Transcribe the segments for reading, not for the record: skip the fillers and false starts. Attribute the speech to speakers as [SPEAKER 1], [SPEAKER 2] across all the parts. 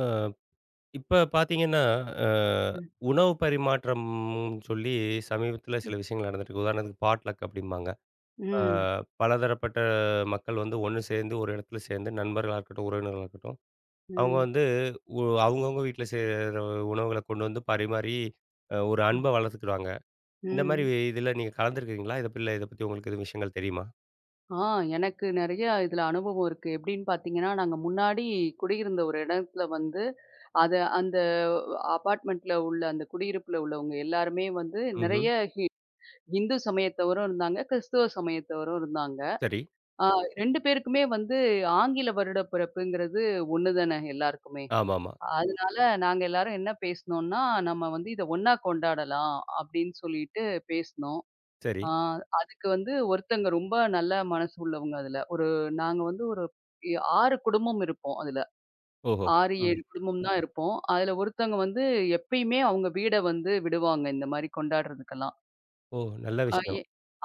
[SPEAKER 1] அ இப்ப பார்த்தீங்கன்னா, அ
[SPEAKER 2] ம்.
[SPEAKER 1] உணவு பரிமாற்றம் சொல்லி சமீபத்தில
[SPEAKER 2] ம்.
[SPEAKER 1] சில விஷயங்கள் நடந்துட்டுருக்கு. உதாரணத்துக்கு பாட்லக் அப்படிம்பாங்க. அ
[SPEAKER 2] ம்.
[SPEAKER 1] பலதரப்பட்ட மக்கள் வந்து ஒண்ணு சேர்ந்து ஒரு இடத்துல சேர்ந்து நண்பர்களா இருக்கட்டும், உறவினர்களா இருக்கட்டும், அவங்க வந்து உ அவங்கவங்க வீட்ல செய்ற உணவுகள கொண்டு வந்து பரிமாறி ஒரு
[SPEAKER 2] ம்.
[SPEAKER 1] அன்ப வளர்த்துக்கிடுவாங்க. இந்த மாரி
[SPEAKER 2] ம்.
[SPEAKER 1] இதில நீங்க கலந்துருக்கிறீங்களா? இத பத்தி உங்களுக்கு எதுவும் விஷயங்கள் தெரியுமா?
[SPEAKER 2] ஆ எனக்கு நெறைய இதுல அனுபவம் இருக்கு. எப்படின்னு பார்த்தீங்கன்னா, நாங்க முன்னாடி குடியிருந்த ஒரு இடத்துல வந்து, அத அந்த அபார்ட்மெண்ட்ல உள்ள அந்த குடியிருப்புல உள்ளவங்க எல்லாருமே வந்து
[SPEAKER 1] ம்ஹ்ம்.
[SPEAKER 2] நெறைய ஹி இந்து சமயத்தவரும் இருந்தாங்க, கிறிஸ்துவ சமயத்தவரும் இருந்தாங்க.
[SPEAKER 1] சரி.
[SPEAKER 2] ஆ 2 பேருக்குமே வந்து ஆங்கில வருட பிறப்புங்கிறது ஒண்ணு தானே எல்லாருக்குமே.
[SPEAKER 1] ஆமாமா.
[SPEAKER 2] அதனால நாங்க எல்லாரும் என்ன பேசினோம்னா, நம்ம வந்து இத ஒண்ணா கொண்டாடலாம் அப்படின்னு சொல்லிட்டு பேசினோம்.
[SPEAKER 1] சரி.
[SPEAKER 2] ஆ அதுக்கு வந்து ஒருத்தங்க ரொம்ப நல்ல மனசு உள்ளவங்க அதுல. நாங்க வந்து ஒரு 6 குடும்பம் இருப்போம் அதுல.
[SPEAKER 1] ஓஹோ!
[SPEAKER 2] 6,
[SPEAKER 1] ம்.
[SPEAKER 2] 7 குடும்பம் தான் இருப்போம். அதுல ஒருத்தவங்க வந்து எப்பயுமே அவங்க வீட வந்து விடுவாங்க இந்த மாரி கொண்டாடுறதுக்கெல்லாம்.
[SPEAKER 1] ஓ! நல்ல
[SPEAKER 2] அ எ
[SPEAKER 1] விஷயம்.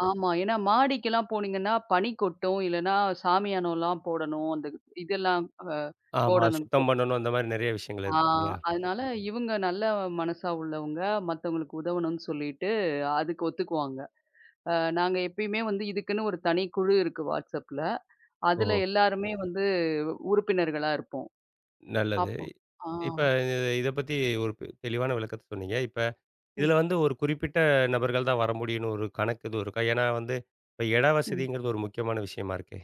[SPEAKER 2] ஆமா. ஏன்னா மாடிக்கெல்லாம் போனீங்கன்னா, பனி கொட்டும். இல்லன்னா சாமியானம்லாம் போடணும். அந்த இதெல்லாம் அ
[SPEAKER 1] ஆமா.
[SPEAKER 2] போடணும். கொ
[SPEAKER 1] சுத்தம் பண்ணணும் அந்த மாரி நெறைய விஷயங்கள்
[SPEAKER 2] ஆ
[SPEAKER 1] இருக்கு இல்லையா?
[SPEAKER 2] அதனால இவங்க நல்ல மனசா உள்ளவங்க மத்தவங்களுக்கு உதவணும்னு சொல்லிட்டு அதுக்கு ஒத்துக்குவாங்க. நாங்க எப்பயுமே வந்து இதுக்குன்னு ஒரு தனி குழு இருக்கு WhatsAppல. அதுல
[SPEAKER 1] ஓஹோ!
[SPEAKER 2] எல்லாருமே வந்து உறுப்பினர்களா இருப்போம்.
[SPEAKER 1] நல்லது.
[SPEAKER 2] அப்போ ஆ.
[SPEAKER 1] இப்ப இத பத்தி ஒரு தெளிவான விளக்கத்த சொன்னீங்க. இப்ப
[SPEAKER 2] ம்,
[SPEAKER 1] இதுல வந்து ஒரு குறிப்பிட்ட நபர்கள் தான் வர முடியும்னு ஒரு கணக்கு எதுவும் இருக்கா? ஏன்னா வந்து இப்ப இட
[SPEAKER 2] ம்.
[SPEAKER 1] வசதிங்கிறது ஒரு முக்கியமான விஷயமா இருக்கே!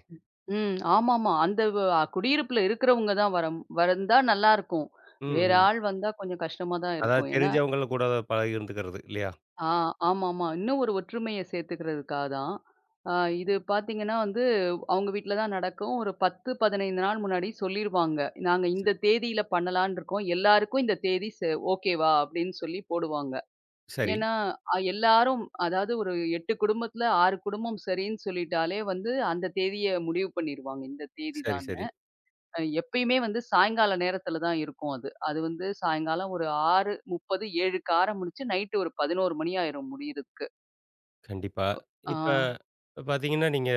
[SPEAKER 2] ம். ஆமாமா. குடியிருப்புல இருக்கிறவங்க தான் வரம் வந்தா நல்லாருக்கும்.
[SPEAKER 1] ம்,
[SPEAKER 2] வேற
[SPEAKER 1] ம்.
[SPEAKER 2] ஆள் வந்தா கொஞ்சம் கஷ்டமா தான்
[SPEAKER 1] அதாவது
[SPEAKER 2] இருக்கும். ஏன்னா
[SPEAKER 1] தெரிஞ்சவங்கள கூட பழகி இருந்துக்கிறது இல்லையா?
[SPEAKER 2] ஆ ஆமாமா. இன்னும் ஒரு ஒற்றுமைய சேர்த்துக்கிறதுக்காக தான். அ இது பார்த்தீங்கன்னா வந்து அவங்க வீட்ல தான் நடக்கும். ஒரு 10, 15 நாள் முன்னாடி சொல்லிருவாங்க. நாங்க
[SPEAKER 1] ச
[SPEAKER 2] இந்த தேதியில பண்ணலான்னு இருக்கோம். எல்லாருக்கும் இந்த தேதி ஓகேவா? அப்படின்னு சொல்லி போடுவாங்க.
[SPEAKER 1] சரி,
[SPEAKER 2] ஏன்னா, எல்லாரும் அதாவது ஒரு 8 குடும்பத்துல 6 குடும்பம் சரின்னு சொல்லிட்டாலே வந்து அந்த தேதிய முடிவு பண்ணிருவாங்க. இந்த தேதி
[SPEAKER 1] சரி,
[SPEAKER 2] தான்னு.
[SPEAKER 1] சரி.
[SPEAKER 2] எப்பயுமே வந்து சாயங்கால நேரத்துல தான் இருக்கும் அது. அது வந்து சாயங்காலம் ஒரு 6:30, 7க்கு ஆரம்பிச்சு நைட்டு ஒரு 11 மணி ஆயிரும் முடியறதுக்கு.
[SPEAKER 1] கண்டிப்பா.
[SPEAKER 2] ஆ.
[SPEAKER 1] இப்ப பாத்தீங்கன்னா, நீங்க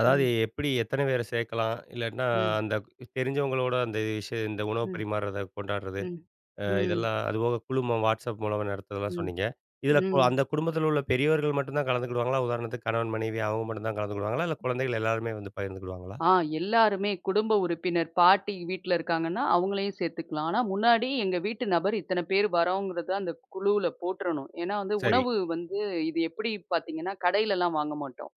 [SPEAKER 1] அதாவது
[SPEAKER 2] ம்.
[SPEAKER 1] எப்படி எத்தன பேர சேர்க்கலாம்? இல்லாட்டினா
[SPEAKER 2] ம்.
[SPEAKER 1] அந்த தெரிஞ்சவங்களோட அந்த விஷயம் இந்த உணவு
[SPEAKER 2] ம்.
[SPEAKER 1] பரிமாறுறத கொண்டாடுறது.
[SPEAKER 2] ம். ம்.
[SPEAKER 1] இதெல்லாம் அதுபோக குழுமம் WhatsApp மூலமா நடத்துறதெல்லாம்
[SPEAKER 2] ம்.
[SPEAKER 1] சொன்னீங்க. இதில
[SPEAKER 2] ம்.
[SPEAKER 1] அந்த குடும்பத்தில உள்ள பெரியவர்கள் மட்டும் தான் கலந்துக்கிடுவாங்களா? உதாரணத்துக்கு கணவன், மனைவி அவங்க மட்டும் தான் கலந்துக்கிடுவாங்களா? இல்ல குழந்தைகள் எல்லாருமே வந்து பகிர்ந்துக்கிடுவாங்களா?
[SPEAKER 2] ஆ எல்லாருமே குடும்ப உறுப்பினர், பாட்டி வீட்ல இருக்காங்கன்னா, அவங்களையும் சேர்த்துக்கலாம். ஆனா முன்னாடி எங்க வீட்டு நபர் இத்தன பேர் வரோங்கிறத அந்த குழுவுல போட்றணும். ஏன்னா வந்து
[SPEAKER 1] சரி.
[SPEAKER 2] உணவு வந்து இது எப்படி பார்த்தீங்கன்னா, கடையிலலாம் வாங்க மாட்டோம்.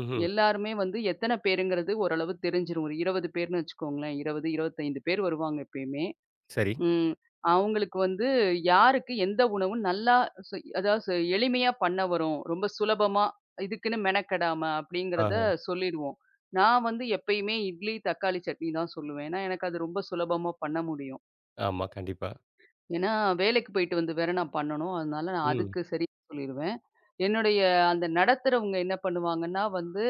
[SPEAKER 1] ம்ஹ்ம்.
[SPEAKER 2] எல்லாருமே வந்து எத்தன பேருங்கிறது ஓரளவு தெரிஞ்சிரும். ஒரு 20 பேர்ன்னு வச்சுக்கோங்களேன். 20, 25 பேர் வருவாங்க எப்பயுமே.
[SPEAKER 1] சரி.
[SPEAKER 2] ம். அவங்களுக்கு வந்து யாருக்கு எந்த உணவு நல்லா செய் அதாவது செ எளிமையா பண்ண வரும். ரொம்ப சுலபமா இதுக்குன்னு மெனக்கெடாம அப்படிங்கிறத
[SPEAKER 1] ஆஹா.
[SPEAKER 2] சொல்லிருவோம். நான் வந்து எப்பயுமே இட்லி, தக்காளி சட்னி தான் சொல்லுவேன். ஏன்னா, எனக்கு அது ரொம்ப சுலபமா பண்ண முடியும்.
[SPEAKER 1] ஆமா, கண்டிப்பா.
[SPEAKER 2] ஏன்னா, வேலைக்கு போயிட்டு வந்து வேற நான் பண்ணணும். அதனால நான்
[SPEAKER 1] ம்.
[SPEAKER 2] அதுக்கு சரி சொல்லிருவேன். என்னுடைய அந்த நடத்துறவங்க என்ன பண்ணுவாங்கன்னா வந்து,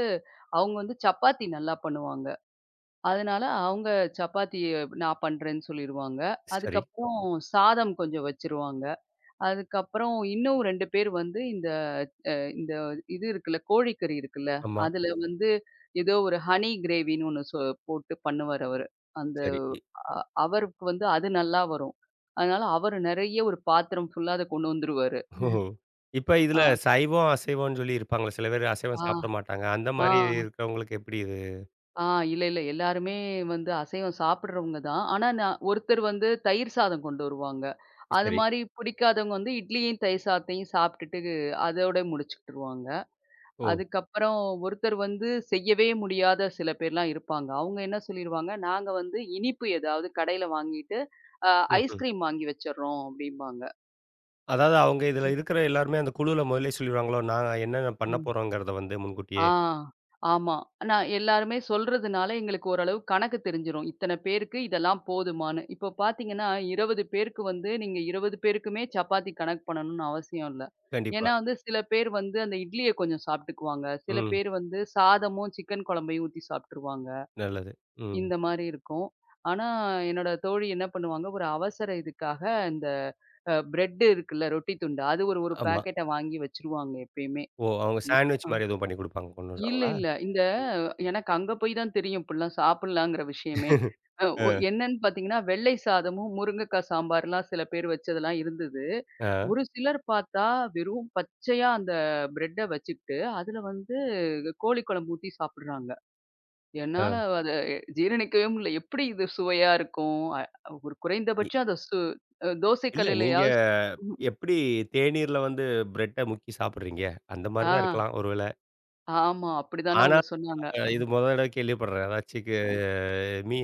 [SPEAKER 2] அவங்க வந்து சப்பாத்தி நல்லா பண்ணுவாங்க. அதனால அவங்க சப்பாத்தி நான் பண்றேன்னு சொல்லிருவாங்க.
[SPEAKER 1] சரி.
[SPEAKER 2] அதுக்கப்புறம் சாதம் கொஞ்சம் வச்சுருவாங்க. அதுக்கப்புறம் இன்னும் 2 பேர் வந்து இந்த அ இந்த இது இருக்குல்ல, கோழிக்கறி இருக்குல்ல,
[SPEAKER 1] ஆமா.
[SPEAKER 2] அதுல வந்து ஏதோ ஒரு ஹனி கிரேவின்னு ஒண்ணு சொ போட்டு பண்ணுவாரு அவரு. அந்த
[SPEAKER 1] சரி.
[SPEAKER 2] அ அவருக்கு வந்து அது நல்லா வரும். அதனால அவரு நெறைய ஒரு பாத்திரம் ஃபுல்லா அத கொண்டு வந்துருவாரு.
[SPEAKER 1] ஓஹோ! இப்ப இதில
[SPEAKER 2] ஆ,
[SPEAKER 1] சைவம், அசைவம்ன்னு சொல்லி இருப்பாங்கள்ல. சில பேர் அசைவம்
[SPEAKER 2] ஆ,
[SPEAKER 1] சாப்பிட மாட்டாங்க. அந்த மாரி
[SPEAKER 2] ஆ.
[SPEAKER 1] இருக்கிறவங்களுக்கு எப்படி இது?
[SPEAKER 2] ஆ இல்ல, இல்ல. எல்லாருமே வந்து அசைவம் சாப்பிடுறவங்க தான். ஆனா நான் ஒருத்தர் வந்து தயிர் சாதம் கொண்டு வருவாங்க. அது
[SPEAKER 1] சரி.
[SPEAKER 2] மாரி பிடிக்காதவங்க வந்து இட்லியும், தயிர் சாதத்தையும் சாப்பிட்டுட்டு அதோட முடிச்சுட்டுருவாங்க.
[SPEAKER 1] ஓ!
[SPEAKER 2] அதுக்கப்புறம் ஒருத்தர் வந்து செய்யவே முடியாத சில பேர்லாம் இருப்பாங்க. அவங்க என்ன சொல்லிருவாங்க, "நாங்க வந்து இனிப்பு ஏதாவது கடையில வாங்கிட்டு, அ
[SPEAKER 1] ம்ஹ்ம்.
[SPEAKER 2] ஐஸ்கிரீம் வாங்கி வச்சுர்றோம்" அப்படிம்பாங்க.
[SPEAKER 1] அதாவது அவங்க இதில இருக்கிற எல்லாருமே அந்த குழுல முதல்லயே சொல்லிருவாங்களோ, நாங்க என்னென்ன பண்ண
[SPEAKER 2] ம்.
[SPEAKER 1] போறோங்கிறத வந்து முன்கூட்டியே.
[SPEAKER 2] ஆ, ஆமா. நான் எல்லாருமே சொல்றதுனால எங்களுக்கு ஓரளவு கணக்கு தெரிஞ்சிரும். இத்தன பேருக்கு இதெல்லாம் போதுமான்னு. இப்போ பார்த்தீங்கன்னா, 20 பேருக்கு வந்து நீங்க 20 பேருக்குமே சப்பாத்தி கணக்கு பண்ணணும்னு அவசியம் இல்ல.
[SPEAKER 1] கண்டிப்பா.
[SPEAKER 2] ஏன்னா வந்து சில பேர் வந்து அந்த இட்லிய கொஞ்சம் சாப்பிட்டுக்குவாங்க. சில
[SPEAKER 1] ம்.
[SPEAKER 2] பேர் வந்து சாதமும், சிக்கன் குழம்பையும் ஊத்தி சாப்ட்டுருவாங்க.
[SPEAKER 1] நல்லது. ம்.
[SPEAKER 2] இந்த மாரி இருக்கும். ஆனா என்னோட தோழி என்ன பண்ணுவாங்க, ஒரு அவசர இதுக்காக இந்த அ பிரெட் இருக்குல்ல ரொட்டி துண்டு, அது ஒரு ஒரு
[SPEAKER 1] ஆமா.
[SPEAKER 2] பாக்கெட்ட வாங்கி வச்சுருவாங்க எப்பயுமே.
[SPEAKER 1] ஓ! அவங்க சாண்ட்விச்
[SPEAKER 2] அ.
[SPEAKER 1] மாரி எதுவும் பண்ணி குடுப்பாங்க கொண்டு
[SPEAKER 2] இல்ல,
[SPEAKER 1] வருவாங்களா?
[SPEAKER 2] இல்ல. எனக்கு அங்க போய் தான் தெரியும் இப்படிலாம் சாப்பிடலாங்கிற விஷயமே. அ ஒ
[SPEAKER 1] அ,
[SPEAKER 2] என்னன்னு பார்த்தீங்கன்னா, வெள்ளை சாதமும், முருங்கக்கா சாம்பார்லாம் சில பேர் வச்சதெல்லாம் இருந்தது.
[SPEAKER 1] அ,
[SPEAKER 2] ஒரு சிலர் பார்த்தா வெறும் பச்சையா அந்த பிரெட்ட வச்சுக்கிட்டு, அதுல வந்து கோழி குழம்பு ஊத்தி சாப்பிடுறாங்க. என்னால
[SPEAKER 1] அ.
[SPEAKER 2] அத ஜீரணிக்கவே முடியல. எப்படி இது சுவையா இருக்கும்? ஒரு
[SPEAKER 1] இ
[SPEAKER 2] குறைந்தபட்சம் அத சு தோசை
[SPEAKER 1] இல்ல நீங்க
[SPEAKER 2] கல்லுலயாவது ம்.
[SPEAKER 1] எப்படி தேநீர்ல வந்து பிரெட்ட முக்கி சாப்பிடுறீங்க? அந்த மாரி
[SPEAKER 2] ஆ.
[SPEAKER 1] தான் இருக்கலாம் ஒரு வேளை.
[SPEAKER 2] ஆமா. அப்படிதானே
[SPEAKER 1] ஆனா
[SPEAKER 2] அவங்க சொன்னாங்க.
[SPEAKER 1] இது மொத தடவை கேள்விப்படுறேன். ஏதாச்சுக்கு மீ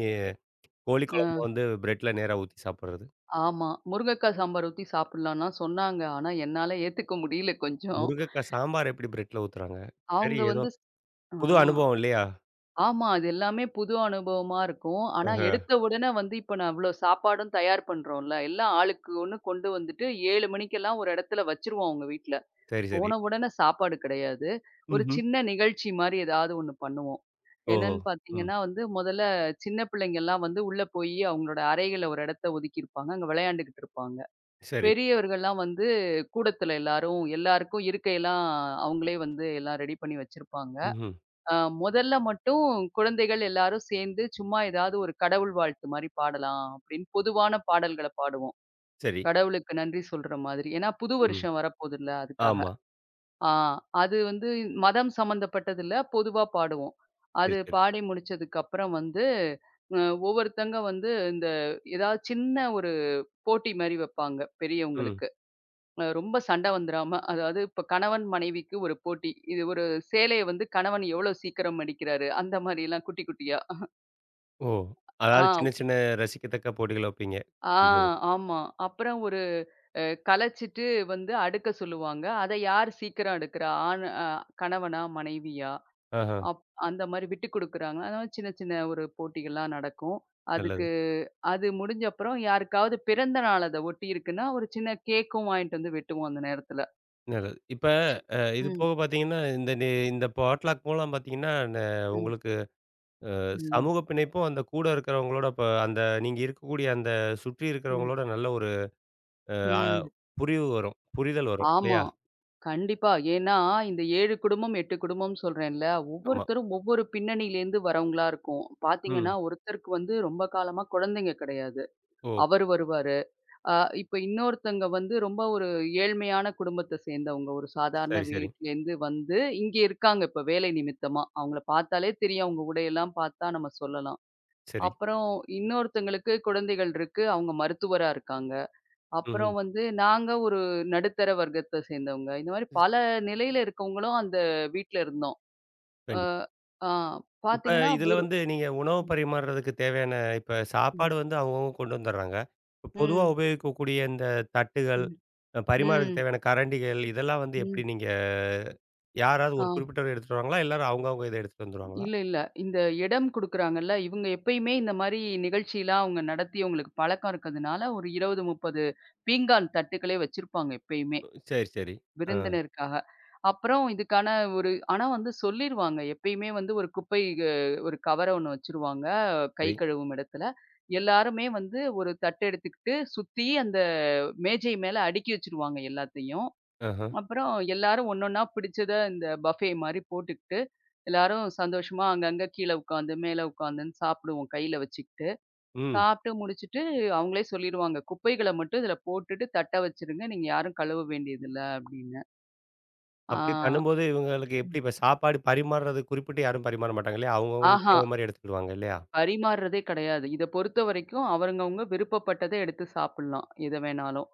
[SPEAKER 1] கோழி குழம்பு
[SPEAKER 2] ஆ.
[SPEAKER 1] வந்து பிரெட்ல நேரா ஊத்தி சாப்பிடுறது.
[SPEAKER 2] ஆமா. முருங்கக்கா சாம்பார் ஊத்தி சாப்பிடலான்னா சொன்னாங்க. ஆனா, என்னால ஏத்துக்க முடியல கொஞ்சம்.
[SPEAKER 1] முருங்கக்கா சாம்பார் எப்படி பிரெட்ல ஊத்துறாங்க? சரி
[SPEAKER 2] அவங்க
[SPEAKER 1] ஏதோ
[SPEAKER 2] வந்து ஸ் ஆ.
[SPEAKER 1] புது அனுபவம் இல்லையா?
[SPEAKER 2] ஆமா. அது எல்லாமே புது அனுபவமா இருக்கும். ஆனா,
[SPEAKER 1] ஆஹ.
[SPEAKER 2] எடுத்த உடனே வந்து இப்ப நான் இவ்ளோ சாப்பாடும் தயார் பண்றோம்ல. எல்லாம் ஆளுக்கு ஒண்ணு கொண்டு வந்துட்டு 7 மணிக்கெல்லாம் ஒரு இடத்துல வச்சுருவோம் அவங்க வீட்ல.
[SPEAKER 1] சரி, சரி.
[SPEAKER 2] போன உடனே சாப்பாடு கிடையாது. ஒரு
[SPEAKER 1] ம்ஹ்ம்.
[SPEAKER 2] சின்ன நிகழ்ச்சி மாரி ஏதாவது ஒண்ணு பண்ணுவோம்.
[SPEAKER 1] ஓஹோ!
[SPEAKER 2] என்னன்னு
[SPEAKER 1] ம்.
[SPEAKER 2] பார்த்தீங்கன்னா வந்து, முதல்ல சின்ன பிள்ளைங்கலாம் வந்து உள்ள போயி அவங்களோட அறைகள ஒரு இடத்த ஒதுக்கியிருப்பாங்க. அங்க விளையாண்டுகிட்டு இருப்பாங்க.
[SPEAKER 1] சரி.
[SPEAKER 2] பெரியவர்கள்லாம் வந்து கூடத்துல எல்லாரும் எல்லாருக்கும் இருக்கையெல்லாம் அவங்களே வந்து எல்லாம் ரெடி பண்ணி வச்சிருப்பாங்க.
[SPEAKER 1] ம்ஹ்ம்.
[SPEAKER 2] அ முதல்ல மட்டும் குழந்தைகள் எல்லாரும் சேர்ந்து சும்மா ஏதாவது ஒரு கடவுள் வாழ்த்து மாரி பாடலாம் அப்படின்னு பொதுவான பாடல்கள பாடுவோம்.
[SPEAKER 1] சரி.
[SPEAKER 2] கடவுளுக்கு நன்றி சொல்ற மாதிரி. ஏன்னா புது
[SPEAKER 1] ம்.
[SPEAKER 2] வருஷம் வரப்போதுல்ல அதுக்காக.
[SPEAKER 1] ஆமா.
[SPEAKER 2] ஆ அது வந்து மதம் சம்மந்தப்பட்டது இல்ல, பொதுவா பாடுவோம்.
[SPEAKER 1] சரி,
[SPEAKER 2] அது
[SPEAKER 1] சரி.
[SPEAKER 2] பாடி முடிச்சதுக்கு அப்புறம் வந்து அ ஒவ்வொருத்தங்க வந்து ஏதாவது சின்ன ஒரு போட்டி மாரி வைப்பாங்க
[SPEAKER 1] ம்.
[SPEAKER 2] பெரியவங்களுக்கு. ரொம்ப சண்டை வந்துராம, அதாவது இப்ப கணவன் மனைவிக்கு ஒரு போட்டி. இது ஒரு சேலைய வந்து கணவன் எவ்வளோ சீக்கிரம் மடிக்கிறாரு, அந்த மாரிலாம் குட்டி குட்டியா.
[SPEAKER 1] ஓ! அதாவது
[SPEAKER 2] ஆ,
[SPEAKER 1] சின்ன சின்ன ரசிக்கத்தக்க போட்டிகள் வைப்பீங்க.
[SPEAKER 2] ஆ
[SPEAKER 1] நல்லது.
[SPEAKER 2] ஆமா. அப்புறம் ஒரு அ கலைச்சிட்டு வந்து அடுக்க சொல்லுவாங்க. அத யார் சீக்கிரம் அடுக்குறா? ஆண் அ கணவனா? மனைவியா?
[SPEAKER 1] ஆஹா.
[SPEAKER 2] அப் அந்த மாரி விட்டு குடுக்குறாங்க. அதனால சின்ன சின்ன ஒரு போட்டிகள்லாம் நடக்கும்.
[SPEAKER 1] நல்லது,
[SPEAKER 2] அதுக்கு அது முடிஞ்ச அப்புறம் யாருக்காவது பிறந்த நாள் அத ஒட்டி இருக்குன்னா, ஒரு சின்ன கேக்கும் வாங்கிட்டு வந்து வெட்டுவோம் அந்த நேரத்துல.
[SPEAKER 1] நல்லது. இப்ப
[SPEAKER 2] ச்ச.
[SPEAKER 1] இது
[SPEAKER 2] ம்,
[SPEAKER 1] போக பார்த்தீங்கன்னா, இந்த இந்த பாட்லாக் மூலம் பார்த்தீங்கன்னா,
[SPEAKER 2] ம்,
[SPEAKER 1] உங்களுக்கு
[SPEAKER 2] ம்,
[SPEAKER 1] சமூக பிணைப்பும், அந்த கூட இருக்கிறவங்களோட இப்ப அந்த நீங்க இருக்கக்கூடிய அந்த சுற்றி
[SPEAKER 2] ம்.
[SPEAKER 1] இருக்கிறவங்களோட நல்ல ஒரு அ அ
[SPEAKER 2] ம்.
[SPEAKER 1] புரிவு வரும். புரிதல் வரும்.
[SPEAKER 2] ஆமா.
[SPEAKER 1] இல்லையா?
[SPEAKER 2] கண்டிப்பா. ஏன்னா, இந்த 7 குடும்பம், 8 குடும்பம் சொல்றேன்ல,
[SPEAKER 1] ஆமா.
[SPEAKER 2] ஒவ்வொருத்தரும் ஒவ்வொரு பின்னணியிலேருந்து வரவங்களா இருக்கும். பார்த்தீங்கன்னா,
[SPEAKER 1] ம்.
[SPEAKER 2] ஒருத்தருக்கு வந்து ரொம்ப காலமா குழந்தைங்க கிடையாது.
[SPEAKER 1] ஓ!
[SPEAKER 2] அவரு வருவாரு. அ இப்ப இன்னொருத்தங்க வந்து ரொம்ப ஒரு ஏழ்மையான குடும்பத்த சேர்ந்தவங்க. ஒரு சாதாரண
[SPEAKER 1] சரி, சரி.
[SPEAKER 2] வீட்லேருந்து வந்து இங்க இருக்காங்க இப்ப வேலை நிமித்தமா. அவங்கள பார்த்தாலே தெரியும். அவங்க உடையெல்லாம் பார்த்தா நம்ம சொல்லலாம்.
[SPEAKER 1] சரி.
[SPEAKER 2] அப்புறம் இன்னொருத்தங்களுக்கு குழந்தைகள் இருக்கு. அவங்க மருத்துவரா இருக்காங்க.
[SPEAKER 1] ம்ஹ்ம்.
[SPEAKER 2] அப்புறம் வந்து நாங்க ஒரு நடுத்தர வர்க்கத்த சேர்ந்தவங்க. இந்த மாரி பல நிலையில இருக்கவங்களும் அந்த வீட்ல இருந்தோம். அ
[SPEAKER 1] கண்டிப்பா.
[SPEAKER 2] ஆ
[SPEAKER 1] இப்ப
[SPEAKER 2] பார்த்தீங்கன்னா,
[SPEAKER 1] இதுல
[SPEAKER 2] ஒரு
[SPEAKER 1] வந்து நீங்க உணவு
[SPEAKER 2] ம்,
[SPEAKER 1] பரிமாறுறதுக்கு தேவையான இப்ப சாப்பாடு வந்து அவங்கவங்க கொண்டு வந்துடுறாங்க. இப்ப பொதுவா
[SPEAKER 2] ம்,
[SPEAKER 1] உபயோகிக்கக்கூடிய இந்த தட்டுகள்,
[SPEAKER 2] ம்,
[SPEAKER 1] பரிமாறதுக்கு
[SPEAKER 2] ம்,
[SPEAKER 1] தேவையான கரண்டிகள் இதெல்லாம் வந்து எப்படி
[SPEAKER 2] ம்.
[SPEAKER 1] நீங்க யாராவது
[SPEAKER 2] ஆ
[SPEAKER 1] ஒரு குறிப்பிட்டவர் எடுத்துட்டு வருவாங்களா? எல்லாரும் அவங்கவங்க இத எடுத்துட்டு வந்துருவாங்களா?
[SPEAKER 2] இல்ல, இல்ல. இந்த இடம் குடுக்குறாங்கல்ல, இவங்க எப்பயுமே இந்த மாரி நிகழ்ச்சிலாம் அவங்க நடத்தி அவங்களுக்கு பழக்கம் இருக்கிறதுனால, ஒரு 20, 30 பீங்கான் தட்டுக்களே வச்சிருப்பாங்க எப்பயுமே.
[SPEAKER 1] உம், சரி, சரி. ஆ,
[SPEAKER 2] விருந்தினருக்காக. அப்புறம் இதுக்கான ஒரு ஆனா வந்து சொல்லிருவாங்க. எப்பயுமே வந்து ஒரு குப்பை அ ஒரு கவர ஒண்ணு வச்சுருவாங்க, கை
[SPEAKER 1] சரி.
[SPEAKER 2] கழுவும் இடத்துல. எல்லாருமே வந்து ஒரு தட்டு எடுத்துக்கிட்டு சுத்தி அந்த மேஜை மேல அடுக்கி வச்சுருவாங்க எல்லாத்தையும்.
[SPEAKER 1] ஆஹ.
[SPEAKER 2] அப்புறம் எல்லாரும் ஒண்ணொன்னா பிடிச்சத இந்த பஃபே மாரி போட்டுக்கிட்டு, எல்லாரும் சந்தோஷமா அங்கங்க கீழ உட்காந்து, மேல உட்காந்துன்னு சாப்பிடுவோம் கையில வச்சுக்கிட்டு.
[SPEAKER 1] ம்.
[SPEAKER 2] சாப்பிட்டு முடிச்சுட்டு அவங்களே சொல்லிருவாங்க, "குப்பைகள மட்டும் இதுல போட்டுட்டு தட்ட வச்சுருங்க. நீங்க யாரும் கழுவ வேண்டியதில்ல" அப்படின்னு.
[SPEAKER 1] அப்படி
[SPEAKER 2] ஆ.
[SPEAKER 1] பண்ணும்போது இவங்களுக்கு எப்படி இப்ப சாப்பாடு பரிமாறுறது குறிப்பிட்டு யாரும் பரிமாற மாட்டாங்க இல்லையா? அவங்கவங்களுக்கு
[SPEAKER 2] ஆஹா!
[SPEAKER 1] தேவை மாரி எடுத்துக்கிடுவாங்க இல்லையா?
[SPEAKER 2] பரிமாறுறதே கிடையாது. இத பொறுத்தவரைக்கும் அவங்கவங்க விருப்பப்பட்டத எடுத்து சாப்பிடலாம். எத வேணாலும்.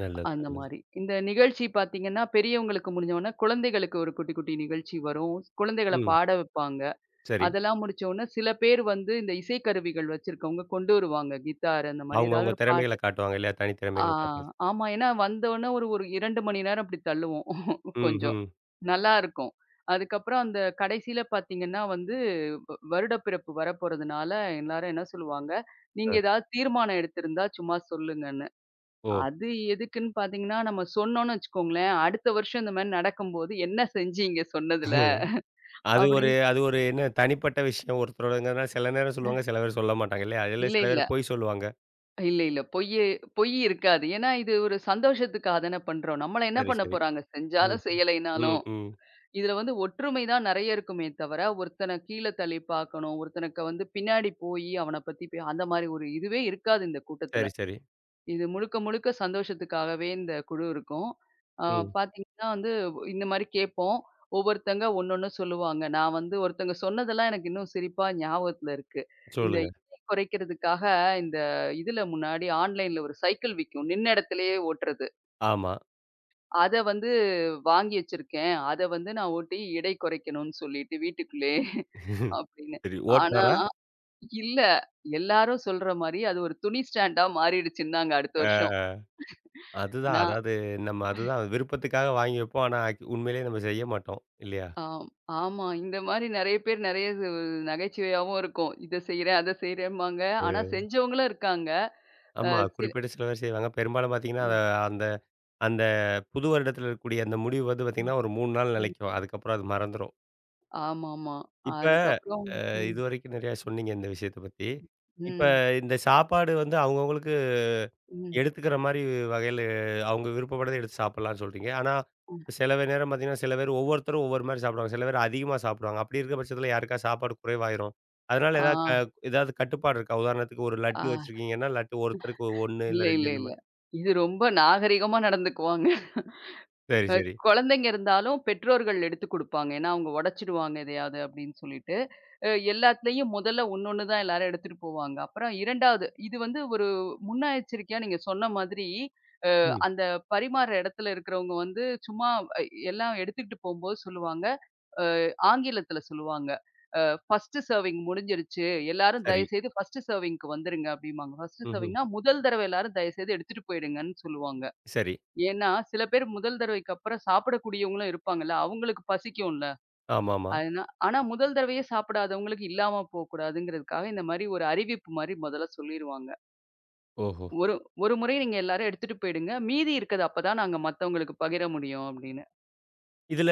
[SPEAKER 1] நல்லது,
[SPEAKER 2] அந்த
[SPEAKER 1] நல்லது.
[SPEAKER 2] மாரி. இந்த நிகழ்ச்சி பார்த்தீங்கன்னா, பெரியவங்களுக்கு முடிஞ்சோனே குழந்தைகளுக்கு ஒரு குட்டி, குட்டி நிகழ்ச்சி வரும். குழந்தைகள
[SPEAKER 1] ம்.
[SPEAKER 2] பாட வைப்பாங்க.
[SPEAKER 1] சரி.
[SPEAKER 2] அதெல்லாம் முடிச்சோனே சில பேர் வந்து இந்த இசைக்கருவிகள் வச்சிருக்கவங்க கொண்டு வருவாங்க. கிட்டார் அந்த மாரி ஏதாவது
[SPEAKER 1] அவங்கவங்க
[SPEAKER 2] ஒரு
[SPEAKER 1] திறமைகள
[SPEAKER 2] பாட்டு.
[SPEAKER 1] காட்டுவாங்க இல்லையா?
[SPEAKER 2] ஆ
[SPEAKER 1] தனித்திறமைகள காட்டுவாங்க.
[SPEAKER 2] ஆமா. ஏன்னா வந்தோனே ஒரு ஒரு 2 மணி நேரம் இப்டி தள்ளுவோம்.
[SPEAKER 1] ம்,
[SPEAKER 2] கொஞ்சம்.
[SPEAKER 1] ம்.
[SPEAKER 2] நல்லா இருக்கும். அதுக்கப்புறம் அந்த கடைசில பார்த்தீங்கன்னா வந்து வருடப்பிறப்பு வரப்போறதுனால, எல்லாரும் என்ன சொல்லுவாங்க,
[SPEAKER 1] அ.
[SPEAKER 2] "நீங்க ஏதாவது தீர்மானம் எடுத்திருந்தா சும்மா சொல்லுங்கன்னு."
[SPEAKER 1] ஓ!
[SPEAKER 2] அது எதுக்குன்னு பார்த்தீங்கன்னா, நம்ம சொன்னோம்னு வச்சுக்கோங்களேன், அடுத்த வருஷம் இந்த மாரி நடக்கும்போது, "என்ன செஞ்சீங்க சொன்னதுல?"
[SPEAKER 1] அது ஒரு
[SPEAKER 2] அப்படின்னு
[SPEAKER 1] அது ஒரு என்ன தனிப்பட்ட விஷயம் ஒருத்தரோடங்கிறதுனால சில நேரம் சொல்லுவாங்க, சில பேர் சொல்ல மாட்டாங்க இல்லையா? அதுல
[SPEAKER 2] இல்ல,
[SPEAKER 1] சில
[SPEAKER 2] இல்ல.
[SPEAKER 1] பேர் பொய் சொல்லுவாங்க.
[SPEAKER 2] இல்ல, இல்ல. பொய் இருக்காது. ஏன்னா, இது ஒரு சந்தோஷத்துக்காக தானே பண்றோம். நம்மள என்ன
[SPEAKER 1] சரி,
[SPEAKER 2] பண்ண
[SPEAKER 1] சரி.
[SPEAKER 2] போறாங்க?
[SPEAKER 1] ம்,
[SPEAKER 2] செஞ்சாலும்,
[SPEAKER 1] ம்,
[SPEAKER 2] செய்யலைனாலும்.
[SPEAKER 1] ம்.
[SPEAKER 2] இதுல வந்து ஒற்றுமை தான் நெறைய இருக்குமே தவிர, ஒருத்தன கீழ தள்ளி பார்க்கணும், ஒருத்தனுக்கு வந்து பின்னாடி போயி அவன பத்தி அந்த மாரி ஒரு இதுவே இருக்காது இந்த கூட்டத்துல.
[SPEAKER 1] சரி, சரி.
[SPEAKER 2] இது முழுக்க, முழுக்க சந்தோஷத்துக்காகவே இந்த குழு இருக்கும். ஆ
[SPEAKER 1] ம்.
[SPEAKER 2] பார்த்தீங்கன்னா வந்து இந்த மாரி கேட்போம். ஒவ்வொருத்தங்க ஒண்ணொண்ணு சொல்லுவாங்க. நான் வந்து ஒருத்தங்க சொன்னதெல்லாம் எனக்கு இன்னும் சிரிப்பா ஞாபகத்துல இருக்கு. இந்த
[SPEAKER 1] சொல்லுங்க.
[SPEAKER 2] எடை குறைக்கிறதுக்காக இந்த இதுல முன்னாடி ஆன்லைன்ல ஒரு சைக்கிள் விக்கும். நின்ன இடத்திலேயே ஓட்டுறது.
[SPEAKER 1] ஆமா.
[SPEAKER 2] அத வந்து வாங்கி வச்சிருக்கேன். அத வந்து நான் ஓட்டி எடை குறைக்கணும்னு சொல்லிட்டு வீட்டுக்குள்ளயே அப்படின்னு.
[SPEAKER 1] சரி
[SPEAKER 2] ஆனா
[SPEAKER 1] ஓட்டுனாரா?
[SPEAKER 2] இல்ல எல்லாரும் சொல்ற மாரி அது ஒரு துணி ஸ்டாண்டா மாறிடுச்சுன்னாங்க அடுத்த
[SPEAKER 1] அ
[SPEAKER 2] வருஷம்.
[SPEAKER 1] அதுதான்.
[SPEAKER 2] நான்
[SPEAKER 1] அதாவது நம்ம அதுதான் விருப்பத்துக்காக வாங்கி வைப்போம். ஆனா உண்மையிலேயே நம்ம செய்ய மாட்டோம் இல்லையா?
[SPEAKER 2] ஆம். ஆமா. இந்த மாரி நெறைய பேர் நெறைய நகைச்சுவையாவும் இருக்கும். இத செய்றேன், அத செய்றேன்பாங்க. ஆனா
[SPEAKER 1] அ
[SPEAKER 2] செஞ்சவங்களும் இருக்காங்க. அ
[SPEAKER 1] ஆமா.
[SPEAKER 2] சில
[SPEAKER 1] குறிப்பிட்ட சில பேர் செய்வாங்க. பெரும்பாலும் பார்த்தீங்கன்னா,
[SPEAKER 2] ம்,
[SPEAKER 1] அந்த அந்த புது வருடத்துல இருக்கக்கூடிய அந்த முடிவு வந்து
[SPEAKER 2] ம்,
[SPEAKER 1] பார்த்தீங்கன்னா, ஒரு 3 நாள்
[SPEAKER 2] ம்.
[SPEAKER 1] நிலைக்கும். அதுக்கப்புறம் அது மறந்துரும்.
[SPEAKER 2] ஆமாமா.
[SPEAKER 1] இப்ப
[SPEAKER 2] அதுக்கப்புறம் ம்,
[SPEAKER 1] இதுவரைக்கும் நிறையா சொன்னீங்க இந்த விஷயத்த பத்தி. இப்ப
[SPEAKER 2] ம்,
[SPEAKER 1] இந்த சாப்பாடு வந்து அவங்கவங்களுக்கு
[SPEAKER 2] ம்,
[SPEAKER 1] எடுத்துக்கிற மாரி வகையில அவங்க விருப்பப்பட்டத எடுத்து சாப்பிடலாம்ன்னு சொல்றீங்க. ஆனா,
[SPEAKER 2] ம்.
[SPEAKER 1] சில நேரம் பார்த்தீங்கன்னா, சில பேர் ஒவ்வொருத்தரும் ஒவ்வொரு மாரி சாப்பிடுவாங்க. சில பேர் அதிகமா சாப்பிடுவாங்க. அப்படி இருக்க பட்சத்தில யாருக்கா சாப்பாடு குறைவாயிரும். அதனால
[SPEAKER 2] ஆ,
[SPEAKER 1] ஏதாவது ஏதாவது கட்டுப்பாடு இருக்கா? உதாரணத்துக்கு ஒரு
[SPEAKER 2] ஆ.
[SPEAKER 1] லட்டு வச்சிருக்கீங்கன்னா, லட்டு ஒருத்தருக்கு 1
[SPEAKER 2] இல்ல,
[SPEAKER 1] இல்ல
[SPEAKER 2] இல்ல,
[SPEAKER 1] 2 இந்த
[SPEAKER 2] இல்ல.
[SPEAKER 1] மாரி.
[SPEAKER 2] இது ரொம்ப நாகரிகமா நடந்துக்குவாங்க.
[SPEAKER 1] சரி,
[SPEAKER 2] அ
[SPEAKER 1] சரி.
[SPEAKER 2] குழந்தைங்க இருந்தாலும் பெற்றோர்கள் எடுத்துக் குடுப்பாங்க. ஏன்னா, அவங்க உடைச்சிடுவாங்க எதையாவது அப்படின்னு சொல்லிட்டு. எல்லாத்துலயும் முதல்ல ஒண்ணொண்ணு தான் எல்லாரும் எடுத்துட்டு போவாங்க. அப்புறம் 2வது இது வந்து ஒரு முன்னெச்சரிக்கையா நீங்க சொன்ன மாதிரி
[SPEAKER 1] ம்.
[SPEAKER 2] அந்த பரிமாறுற இடத்துல இருக்கிறவங்க வந்து சும்மா அ எல்லாம் எடுத்துக்கிட்டு போம்போது சொல்லுவாங்க, அ ஆங்கிலத்துல சொல்லுவாங்க. அ "ஃபர்ஸ்ட் சர்விங் முடிஞ்சிருச்சு. எல்லாரும்
[SPEAKER 1] சரி.
[SPEAKER 2] தயவுசெய்து ஃபர்ஸ்ட் சர்விங்க்கு வந்துருங்க" அப்படிம்பாங்க. ஃபர்ஸ்ட்
[SPEAKER 1] ம்ஹ்ம்.
[SPEAKER 2] சர்விங்ன்னா முதல் தடவ எல்லாரும் தயவுசெய்து எடுத்துட்டு போயிடுங்கன்னு சொல்லுவாங்க.
[SPEAKER 1] சரி.
[SPEAKER 2] ஏன்னா, சில பேர் முதல் தடவைக்கு அப்புறம் சாப்பிடக்கூடியவங்களும் இருப்பாங்கல்ல. அவங்களுக்கு பசிக்கும்ல.
[SPEAKER 1] ஆமாமா.
[SPEAKER 2] அதனா ஆனா முதல் தடவையே சாப்பிடாதவங்களுக்கு இல்லாம போக்கூடாதுங்கிறதுக்காக இந்த மாரி ஒரு அறிவிப்பு மாரி முதல்ல சொல்லிருவாங்க.
[SPEAKER 1] ஓஹோ!
[SPEAKER 2] ஒரு ஒரு முறை நீங்க எல்லாரும் எடுத்துட்டு போயிடுங்க. மீதி இருக்கது அப்பதான் நாங்க மத்தவங்களுக்கு பகிர முடியும் அப்படின்னு.
[SPEAKER 1] இதுல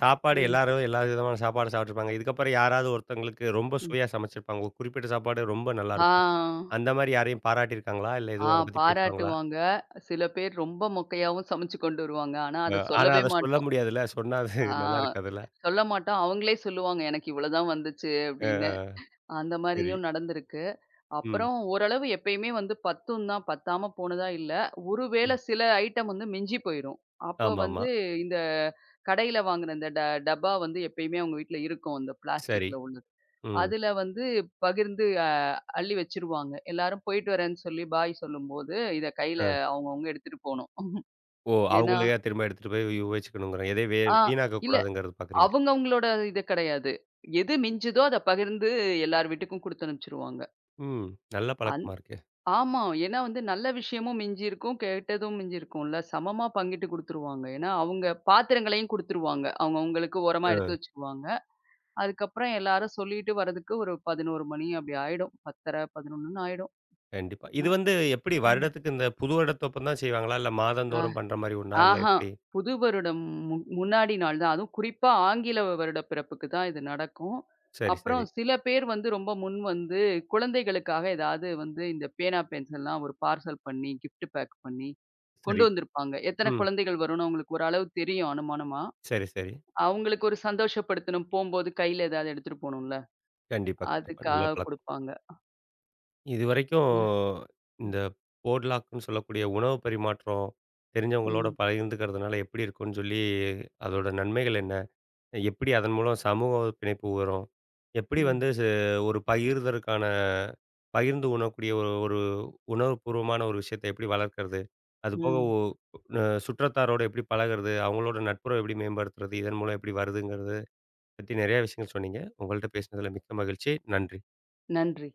[SPEAKER 1] சாப்பாடு
[SPEAKER 2] ம்.
[SPEAKER 1] எல்லாரும் எல்லா விதமான சாப்பாடு சாப்பிட்டுருப்பாங்க. இதுக்கப்புறம் யாராவது ஒருத்தவங்களுக்கு ரொம்ப
[SPEAKER 2] ம்.
[SPEAKER 1] சுவையா சமைச்சிருப்பாங்க. ஒரு குறிப்பிட்ட சாப்பாடு ரொம்ப நல்லாருக்கும்.
[SPEAKER 2] ஆ.
[SPEAKER 1] அந்த மாரி யாரையும் பாராட்டியிருக்காங்களா? இல்ல
[SPEAKER 2] ஆ
[SPEAKER 1] எதுவும் அத பத்தி பேசுவாங்களா?
[SPEAKER 2] பாராட்டுவாங்க. சில பேர் ரொம்ப மொக்கையாவும் சமைச்சு கொண்டு வருவாங்க. ஆனா, அத
[SPEAKER 1] ஆனா
[SPEAKER 2] சொல்லவே
[SPEAKER 1] அத சொல்ல
[SPEAKER 2] மாட்டோம்.
[SPEAKER 1] முடியாதுல்ல. சொன்னா அது
[SPEAKER 2] ஆ
[SPEAKER 1] நல்லா இருக்காதுல்ல.
[SPEAKER 2] சொல்ல மாட்டோம். அவங்களே சொல்லுவாங்க, "எனக்கு இவ்வளவுதான் வந்துச்சு"
[SPEAKER 1] அ,
[SPEAKER 2] அப்படின்னு.
[SPEAKER 1] அ,
[SPEAKER 2] அந்த
[SPEAKER 1] சரி.
[SPEAKER 2] மாரியும் நடந்திருக்கு.
[SPEAKER 1] ம்,
[SPEAKER 2] அப்புறம் ஓரளவு எப்பயுமே வந்து பத்தும் தான். பத்தாம போனதா இல்ல. ஒருவேள
[SPEAKER 1] ம்.
[SPEAKER 2] சில ஐட்டம் வந்து மிஞ்சி போயிரும். அப்ப
[SPEAKER 1] ஆமாமா.
[SPEAKER 2] வந்து இந்த கடையில வாங்குன இந்த டப்பா வந்து எப்பயுமே அவங்க வீட்ல இருக்கும். அந்த
[SPEAKER 1] சரி.
[SPEAKER 2] பிளாஸ்டிக்ல உள்ளது.
[SPEAKER 1] ம்.
[SPEAKER 2] அதுல வந்து பகிர்ந்து அ அள்ளி வச்சுருவாங்க. எல்லாரும் போயிட்டு வரேன்னு சொல்லி பாய் சொல்லும்போது, இத கையில
[SPEAKER 1] அ.
[SPEAKER 2] அவங்கவங்க எடுத்துட்டு போணும்.
[SPEAKER 1] ஓ!
[SPEAKER 2] ஏன்னா
[SPEAKER 1] அவங்களே திரும்ப எடுத்துட்டு போய் உபயோகிச்சுக்கணுங்கிற எதையும்
[SPEAKER 2] ஆ
[SPEAKER 1] வீணாக்கக்
[SPEAKER 2] இல்ல
[SPEAKER 1] கூடாதுங்கிறது பார்க்குறீங்க.
[SPEAKER 2] அவங்கவங்களோட இது கிடையாது. எது மிஞ்சுதோ அத பகிர்ந்து எல்லார் வீட்டுக்கும் குடுத்து அனுப்பிச்சுருவாங்க.
[SPEAKER 1] ம். நல்ல பழக்கமா இருக்கே.
[SPEAKER 2] ஆமா. ஏன்னா வந்து நல்ல விஷயமும் மிஞ்சி இருக்கும். கெட்டதும் மிஞ்சி இருக்கும்ல. சமமா பங்கிட்டு குடுத்துருவாங்க. ஏன்னா, அவங்க பாத்திரங்களையும் குடுத்துருவாங்க. அவங்கவங்களுக்கு ஓரமா எடுத்து
[SPEAKER 1] அ.
[SPEAKER 2] வச்சுக்குவாங்க. அதுக்கப்புறம் எல்லாரும் சொல்லிட்டு வரதுக்கு ஒரு 11 மணி அப்படி ஆயிடும். 10:30, 11ன்னு ஆயிடும்.
[SPEAKER 1] கண்டிப்பா. இது
[SPEAKER 2] அ.
[SPEAKER 1] வந்து எப்படி வருடத்துக்கு இந்த புது வருடத்தப்ப தான் செய்வாங்களா? இல்ல
[SPEAKER 2] ம்.
[SPEAKER 1] மாதந்தோறும் பண்ற மாரி ஒண்ணா? இல்ல
[SPEAKER 2] ஆஹா.
[SPEAKER 1] எப்படி?
[SPEAKER 2] புது வருடம் முன்னாடி நாள் தான். அதுவும் குறிப்பா ஆங்கில வருட பிறப்புக்கு தான் இது நடக்கும்.
[SPEAKER 1] சரி,
[SPEAKER 2] அப்புறம்
[SPEAKER 1] சரி.
[SPEAKER 2] சில பேர் வந்து ரொம்ப முன் வந்து குழந்தைகளுக்காக ஏதாவது வந்து இந்த பேனா, பென்சில்லாம் ஒரு பார்சல் பண்ணி, கிஃப்ட் பேக் பண்ணி கொண்டு
[SPEAKER 1] சரி.
[SPEAKER 2] வந்திருப்பாங்க. எத்தனை
[SPEAKER 1] ம்.
[SPEAKER 2] குழந்தைகள் வரும்னு அவங்களுக்கு ஓரளவு தெரியும் அனுமானமா.
[SPEAKER 1] சரி, சரி.
[SPEAKER 2] அவங்களுக்கு ஒரு சந்தோஷப்படுத்தணும். போம்போது கையில ஏதாவது எடுத்துட்டு போணும்ல.
[SPEAKER 1] கண்டிப்பா, கண்டிப்பா. நல்ல
[SPEAKER 2] அதுக்காக
[SPEAKER 1] பழக்கம்.
[SPEAKER 2] குடுப்பாங்க.
[SPEAKER 1] இதுவரைக்கும்
[SPEAKER 2] ம்.
[SPEAKER 1] இந்த போட்லாக்ன்னு சொல்லக்கூடிய உணவு பரிமாற்றம் தெரிஞ்சவங்களோட
[SPEAKER 2] ம்.
[SPEAKER 1] பகிர்ந்துக்கிறதுனால எப்படி இருக்கும்ன்னு சொல்லி, அதோட நன்மைகள் என்ன? எப்படி அதன் மூலம் சமூக பிணைப்பு வரும்? எப்படி வந்து
[SPEAKER 2] ம்.
[SPEAKER 1] ஒரு பகிர்ந்து உண்ணக்கூடிய ஒரு ஒரு உணர்வுபூர்வமான ஒரு விஷயத்த எப்படி வளர்க்கறது? அதுபோக
[SPEAKER 2] ம்.
[SPEAKER 1] ஒ அ சுற்றத்தாரோட எப்படி பழகுறது? அவங்களோட நட்புறவு எப்படி மேம்படுத்துறது? இதன் மூலம் எப்படி வருதுங்கிறது பத்தி நிறைய விஷயங்கள் சொன்னீங்க. உங்கள்ட்ட பேசினதுல மிக்க மகிழ்ச்சி. நன்றி.
[SPEAKER 2] நன்றி.